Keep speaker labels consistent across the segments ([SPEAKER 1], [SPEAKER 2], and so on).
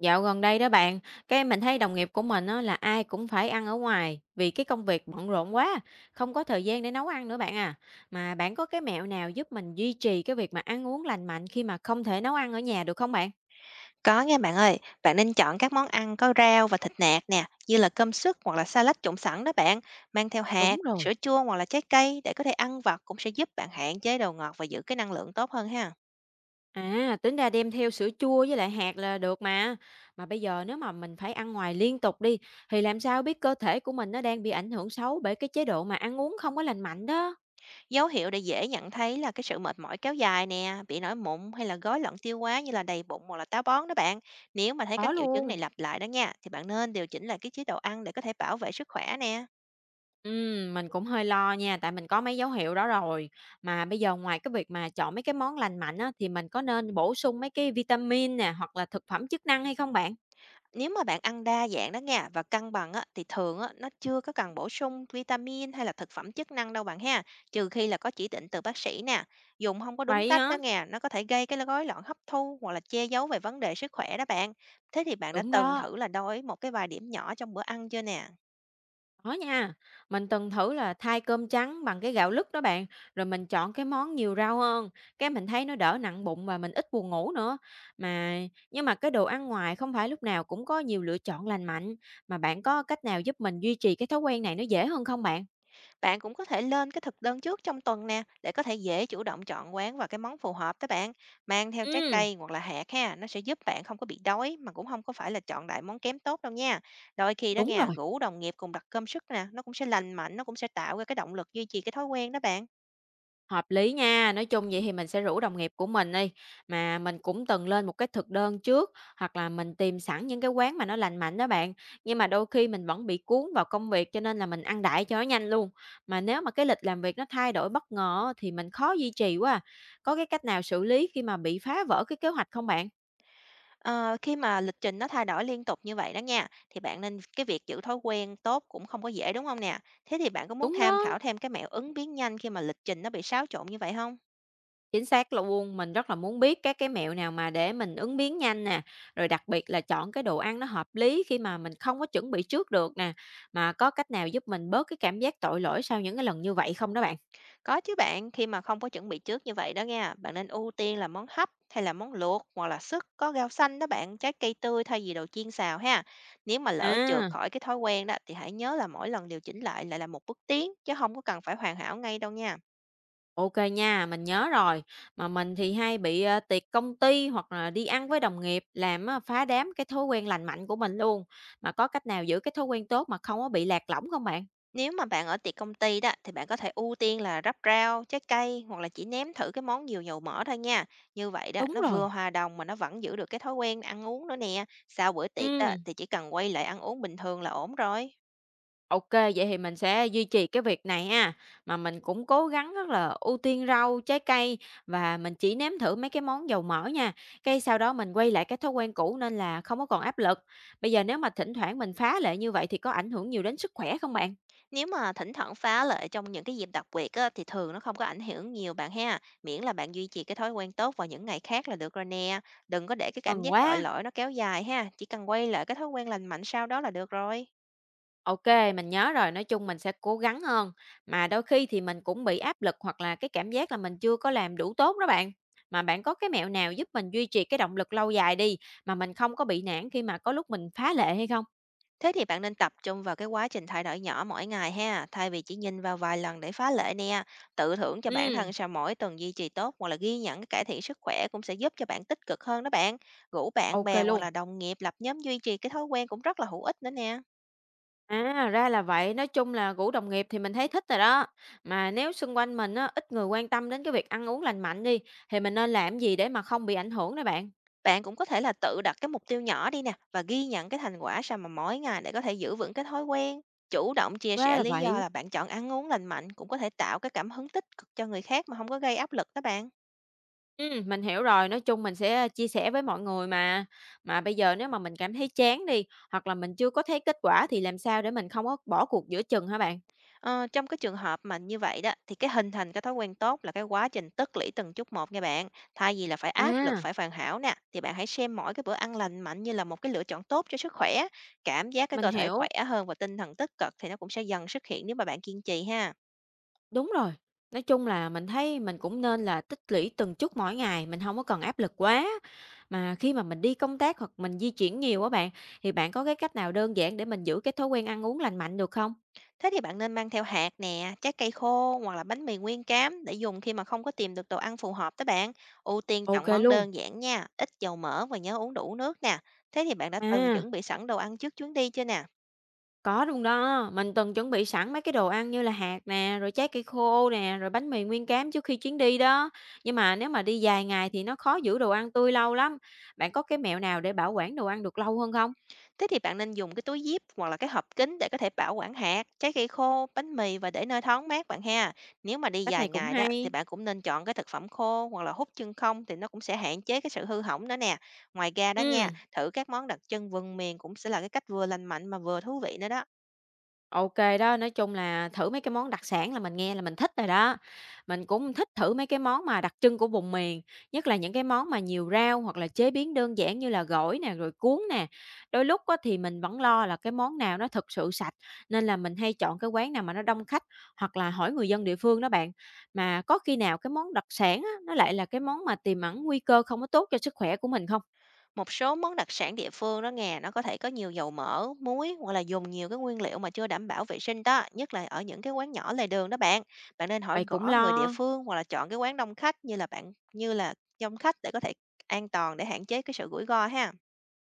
[SPEAKER 1] Dạo gần đây đó bạn, cái mình thấy đồng nghiệp của mình á, là ai cũng phải ăn ở ngoài vì cái công việc bận rộn quá, không có thời gian để nấu ăn nữa bạn à. Mà bạn có cái mẹo nào giúp mình duy trì cái việc mà ăn uống lành mạnh khi mà không thể nấu ăn ở nhà được không bạn?
[SPEAKER 2] Có nghe bạn ơi, bạn nên chọn các món ăn có rau và thịt nạc nè, như là cơm sức hoặc là salad trộn sẵn đó bạn, mang theo hạt,
[SPEAKER 1] Đúng rồi.
[SPEAKER 2] sữa chua hoặc là trái cây để có thể ăn vặt cũng sẽ giúp bạn hạn chế đồ ngọt và giữ cái năng lượng tốt hơn ha.
[SPEAKER 1] À, tính ra đem theo sữa chua với lại hạt là được mà. Mà bây giờ nếu mà mình phải ăn ngoài liên tục đi thì làm sao biết cơ thể của mình nó đang bị ảnh hưởng xấu bởi cái chế độ mà ăn uống không có lành mạnh đó.
[SPEAKER 2] Dấu hiệu để dễ nhận thấy là cái sự mệt mỏi kéo dài nè, bị nổi mụn hay là gói loạn tiêu hóa như là đầy bụng hoặc là táo bón đó bạn. Nếu mà thấy các
[SPEAKER 1] Có
[SPEAKER 2] triệu chứng này
[SPEAKER 1] luôn.
[SPEAKER 2] lặp lại đó nha, thì bạn nên điều chỉnh lại cái chế độ ăn để có thể bảo vệ sức khỏe nè.
[SPEAKER 1] Mình cũng hơi lo nha, tại mình có mấy dấu hiệu đó rồi. Mà bây giờ ngoài cái việc mà chọn mấy cái món lành mạnh á, thì mình có nên bổ sung mấy cái vitamin nè, hoặc là thực phẩm chức năng hay không bạn?
[SPEAKER 2] Nếu mà bạn ăn đa dạng đó nha và cân bằng á, thì thường á, nó chưa có cần bổ sung vitamin hay là thực phẩm chức năng đâu bạn ha, trừ khi là có chỉ định từ bác sĩ nè. Dùng không có đúng
[SPEAKER 1] Vậy
[SPEAKER 2] cách
[SPEAKER 1] hả?
[SPEAKER 2] đó nha, nó có thể gây cái rối loạn hấp thu hoặc là che giấu về vấn đề sức khỏe đó bạn. Thế thì bạn đã
[SPEAKER 1] Đúng
[SPEAKER 2] từng
[SPEAKER 1] đó,
[SPEAKER 2] thử là đổi một cái vài điểm nhỏ trong bữa ăn chưa nè?
[SPEAKER 1] có nha. Mình từng thử là thay cơm trắng bằng cái gạo lứt đó bạn, rồi mình chọn cái món nhiều rau hơn. Cái mình thấy nó đỡ nặng bụng và mình ít buồn ngủ nữa. Mà nhưng mà cái đồ ăn ngoài không phải lúc nào cũng có nhiều lựa chọn lành mạnh. Mà bạn có cách nào giúp mình duy trì cái thói quen này nó dễ hơn không bạn?
[SPEAKER 2] Bạn cũng có thể lên cái thực đơn trước trong tuần nè để có thể dễ chủ động chọn quán và cái món phù hợp tới bạn. Mang theo trái
[SPEAKER 1] Ừ.
[SPEAKER 2] cây hoặc là hạt ha, nó sẽ giúp bạn không có bị đói mà cũng không có phải là chọn đại món kém tốt đâu nha. Đôi khi đó
[SPEAKER 1] Đúng
[SPEAKER 2] nha,
[SPEAKER 1] rồi.
[SPEAKER 2] rủ đồng nghiệp cùng đặt cơm sức nè, nó cũng sẽ lành mạnh, nó cũng sẽ tạo ra cái động lực duy trì cái thói quen đó bạn.
[SPEAKER 1] Hợp lý nha, nói chung vậy thì mình sẽ rủ đồng nghiệp của mình đi, mà mình cũng từng lên một cái thực đơn trước hoặc là mình tìm sẵn những cái quán mà nó lành mạnh đó bạn. Nhưng mà đôi khi mình vẫn bị cuốn vào công việc cho nên là mình ăn đại cho nó nhanh luôn. Mà nếu mà cái lịch làm việc nó thay đổi bất ngờ á, thì mình khó duy trì quá à. Có cái cách nào xử lý khi mà bị phá vỡ cái kế hoạch không bạn?
[SPEAKER 2] Ờ, khi mà lịch trình nó thay đổi liên tục như vậy đó nha, thì bạn nên cái việc giữ thói quen tốt cũng không có dễ đúng không nè. Thế thì bạn có muốn
[SPEAKER 1] Đúng
[SPEAKER 2] tham khảo
[SPEAKER 1] đó.
[SPEAKER 2] thêm cái mẹo ứng biến nhanh khi mà lịch trình nó bị xáo trộn như vậy không?
[SPEAKER 1] Chính xác luôn, mình rất là muốn biết các cái mẹo nào mà để mình ứng biến nhanh nè, rồi đặc biệt là chọn cái đồ ăn nó hợp lý khi mà mình không có chuẩn bị trước được nè, mà có cách nào giúp mình bớt cái cảm giác tội lỗi sau những cái lần như vậy không đó bạn?
[SPEAKER 2] Có chứ bạn, khi mà không có chuẩn bị trước như vậy đó nha, bạn nên ưu tiên là món hấp hay là món luộc hoặc là súp có rau xanh đó bạn, trái cây tươi thay vì đồ chiên xào ha. Nếu mà lỡ trượt
[SPEAKER 1] À,
[SPEAKER 2] khỏi cái thói quen đó thì hãy nhớ là mỗi lần điều chỉnh lại lại là một bước tiến chứ không có cần phải hoàn hảo ngay đâu nha.
[SPEAKER 1] ok nha, mình nhớ rồi. Mà mình thì hay bị tiệc công ty hoặc là đi ăn với đồng nghiệp làm phá đám cái thói quen lành mạnh của mình luôn. Mà có cách nào giữ cái thói quen tốt mà không có bị lạc lõng không bạn?
[SPEAKER 2] Nếu mà bạn ở tiệc công ty đó thì bạn có thể ưu tiên là rắc rau, trái cây hoặc là chỉ nếm thử cái món nhiều dầu mỡ thôi nha. Như vậy đó
[SPEAKER 1] Đúng
[SPEAKER 2] nó vừa
[SPEAKER 1] rồi.
[SPEAKER 2] hòa đồng mà nó vẫn giữ được cái thói quen ăn uống nữa nè. Sau bữa tiệc
[SPEAKER 1] Ừ.
[SPEAKER 2] đó thì chỉ cần quay lại ăn uống bình thường là ổn rồi.
[SPEAKER 1] OK, vậy thì mình sẽ duy trì cái việc này ha, mà mình cũng cố gắng rất là ưu tiên rau, trái cây và mình chỉ nếm thử mấy cái món dầu mỡ nha, cái sau đó mình quay lại cái thói quen cũ nên là không có còn áp lực. Bây giờ nếu mà thỉnh thoảng mình phá lệ như vậy thì có ảnh hưởng nhiều đến sức khỏe không bạn?
[SPEAKER 2] Nếu mà thỉnh thoảng phá lệ trong những cái dịp đặc biệt á, thì thường nó không có ảnh hưởng nhiều bạn ha. Miễn là bạn duy trì cái thói quen tốt vào những ngày khác là được rồi nè. Đừng có để cái cảm
[SPEAKER 1] Mừng
[SPEAKER 2] giác tội
[SPEAKER 1] quá!
[SPEAKER 2] lỗi nó kéo dài ha. Chỉ cần quay lại cái thói quen lành mạnh sau đó là được rồi.
[SPEAKER 1] OK, mình nhớ rồi, nói chung mình sẽ cố gắng hơn, mà đôi khi thì mình cũng bị áp lực hoặc là cái cảm giác là mình chưa có làm đủ tốt đó bạn. Mà bạn có cái mẹo nào giúp mình duy trì cái động lực lâu dài đi, mà mình không có bị nản khi mà có lúc mình phá lệ hay không?
[SPEAKER 2] Thế thì bạn nên tập trung vào cái quá trình thay đổi nhỏ mỗi ngày ha, thay vì chỉ nhìn vào vài lần để phá lệ nè. Tự thưởng cho bản
[SPEAKER 1] Ừ.
[SPEAKER 2] thân sau mỗi tuần duy trì tốt hoặc là ghi nhận cái cải thiện sức khỏe cũng sẽ giúp cho bạn tích cực hơn đó bạn. Rủ bạn bè
[SPEAKER 1] OK
[SPEAKER 2] hoặc
[SPEAKER 1] luôn.
[SPEAKER 2] là đồng nghiệp lập nhóm duy trì cái thói quen cũng rất là hữu ích nữa nè.
[SPEAKER 1] À, ra là vậy, nói chung là rủ đồng nghiệp thì mình thấy thích rồi đó. Mà nếu xung quanh mình á, ít người quan tâm đến cái việc ăn uống lành mạnh đi, thì mình nên làm gì để mà không bị ảnh hưởng đây bạn?
[SPEAKER 2] Bạn cũng có thể là tự đặt cái mục tiêu nhỏ đi nè và ghi nhận cái thành quả sau mà mỗi ngày để có thể giữ vững cái thói quen. Chủ động chia
[SPEAKER 1] Ra
[SPEAKER 2] sẻ
[SPEAKER 1] là
[SPEAKER 2] lý do
[SPEAKER 1] vậy.
[SPEAKER 2] là bạn chọn ăn uống lành mạnh cũng có thể tạo cái cảm hứng tích cực cho người khác mà không có gây áp lực đó bạn.
[SPEAKER 1] Mình hiểu rồi, nói chung mình sẽ chia sẻ với mọi người mà. Mà bây giờ nếu mà mình cảm thấy chán đi, hoặc là mình chưa có thấy kết quả thì làm sao để mình không có bỏ cuộc giữa chừng hả bạn?
[SPEAKER 2] Ờ, trong cái trường hợp mà như vậy đó thì cái hình thành cái thói quen tốt là cái quá trình tích lũy từng chút một nha bạn. Thay vì là phải áp lực
[SPEAKER 1] À,
[SPEAKER 2] phải hoàn hảo nè thì bạn hãy xem mỗi cái bữa ăn lành mạnh như là một cái lựa chọn tốt cho sức khỏe, cảm giác cái
[SPEAKER 1] mình
[SPEAKER 2] cơ thể
[SPEAKER 1] hiểu.
[SPEAKER 2] khỏe hơn và tinh thần tích cực thì nó cũng sẽ dần xuất hiện nếu mà bạn kiên trì ha.
[SPEAKER 1] Đúng rồi, nói chung là mình thấy mình cũng nên là tích lũy từng chút mỗi ngày, mình không có cần áp lực quá. Mà khi mà mình đi công tác hoặc mình di chuyển nhiều á bạn, thì bạn có cái cách nào đơn giản để mình giữ cái thói quen ăn uống lành mạnh được không?
[SPEAKER 2] Thế thì bạn nên mang theo hạt nè, trái cây khô hoặc là bánh mì nguyên cám để dùng khi mà không có tìm được đồ ăn phù hợp đó bạn. Ưu tiên chọn
[SPEAKER 1] OK
[SPEAKER 2] món
[SPEAKER 1] luôn.
[SPEAKER 2] đơn giản nha, ít dầu mỡ và nhớ uống đủ nước nè. Thế thì bạn đã từng
[SPEAKER 1] À,
[SPEAKER 2] chuẩn bị sẵn đồ ăn trước chuyến đi chưa nè?
[SPEAKER 1] có luôn đó, mình từng chuẩn bị sẵn mấy cái đồ ăn như là hạt nè, rồi trái cây khô nè, rồi bánh mì nguyên cám trước khi chuyến đi đó. Nhưng mà nếu mà đi dài ngày thì nó khó giữ đồ ăn tươi lâu lắm. Bạn có cái mẹo nào để bảo quản đồ ăn được lâu hơn không?
[SPEAKER 2] Thế thì bạn nên dùng cái túi zip hoặc là cái hộp kín để có thể bảo quản hạt, trái cây khô, bánh mì và để nơi thoáng mát bạn ha. Nếu mà đi
[SPEAKER 1] Cách
[SPEAKER 2] dài
[SPEAKER 1] này cũng
[SPEAKER 2] ngày đó thì
[SPEAKER 1] hay.
[SPEAKER 2] bạn cũng nên chọn cái thực phẩm khô hoặc là hút chân không thì nó cũng sẽ hạn chế cái sự hư hỏng đó nè. Ngoài ra đó nha,
[SPEAKER 1] Ừm.
[SPEAKER 2] thử các món đặc trưng vùng miền cũng sẽ là cái cách vừa lành mạnh mà vừa thú vị nữa đó.
[SPEAKER 1] OK đó, nói chung là thử mấy cái món đặc sản là mình nghe là mình thích rồi đó. Mình cũng thích thử mấy cái món mà đặc trưng của vùng miền, nhất là những cái món mà nhiều rau hoặc là chế biến đơn giản như là gỏi nè, rồi cuốn nè. Đôi lúc á thì mình vẫn lo là cái món nào nó thực sự sạch, nên là mình hay chọn cái quán nào mà nó đông khách hoặc là hỏi người dân địa phương đó bạn. Mà có khi nào cái món đặc sản á, nó lại là cái món mà tiềm ẩn nguy cơ không có tốt cho sức khỏe của mình không?
[SPEAKER 2] Một số món đặc sản địa phương đó nghe, nó có thể có nhiều dầu mỡ, muối hoặc là dùng nhiều cái nguyên liệu mà chưa đảm bảo vệ sinh đó, nhất là ở những cái quán nhỏ lề đường đó bạn. Bạn nên hỏi
[SPEAKER 1] Vậy cũng
[SPEAKER 2] gõ người địa
[SPEAKER 1] lo.
[SPEAKER 2] phương hoặc là chọn cái quán đông khách như là bạn như là đông khách để có thể an toàn để hạn chế cái sự rủi ro ha.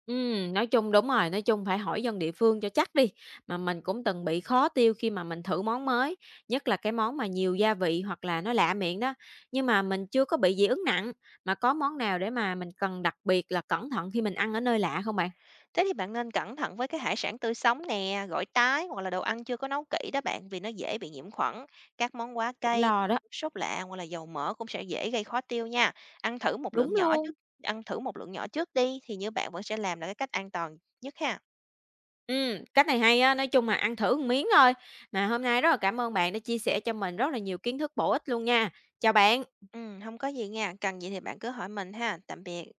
[SPEAKER 1] Nói chung đúng rồi, nói chung phải hỏi dân địa phương cho chắc đi. Mà mình cũng từng bị khó tiêu khi mà mình thử món mới, nhất là cái món mà nhiều gia vị hoặc là nó lạ miệng đó. Nhưng mà mình chưa có bị dị ứng nặng, mà có món nào để mà mình cần đặc biệt là cẩn thận khi mình ăn ở nơi lạ không bạn?
[SPEAKER 2] Thế thì bạn nên cẩn thận với cái hải sản tươi sống nè, gỏi tái hoặc là đồ ăn chưa có nấu kỹ đó bạn vì nó dễ bị nhiễm khuẩn. Các món quá
[SPEAKER 1] Cũng
[SPEAKER 2] cay,
[SPEAKER 1] lo đó.
[SPEAKER 2] sốt lạ hoặc là dầu mỡ cũng sẽ dễ gây khó tiêu nha. Ăn thử một lượng
[SPEAKER 1] Đúng
[SPEAKER 2] nhỏ trước,
[SPEAKER 1] luôn.
[SPEAKER 2] Ăn thử một lượng nhỏ trước đi thì như bạn vẫn sẽ làm được cái cách an toàn nhất ha.
[SPEAKER 1] Cách này hay á, nói chung là ăn thử một miếng thôi. Mà hôm nay rất là cảm ơn bạn đã chia sẻ cho mình rất là nhiều kiến thức bổ ích luôn nha. Chào bạn.
[SPEAKER 2] Ừ, không có gì nha, cần gì thì bạn cứ hỏi mình ha. Tạm biệt.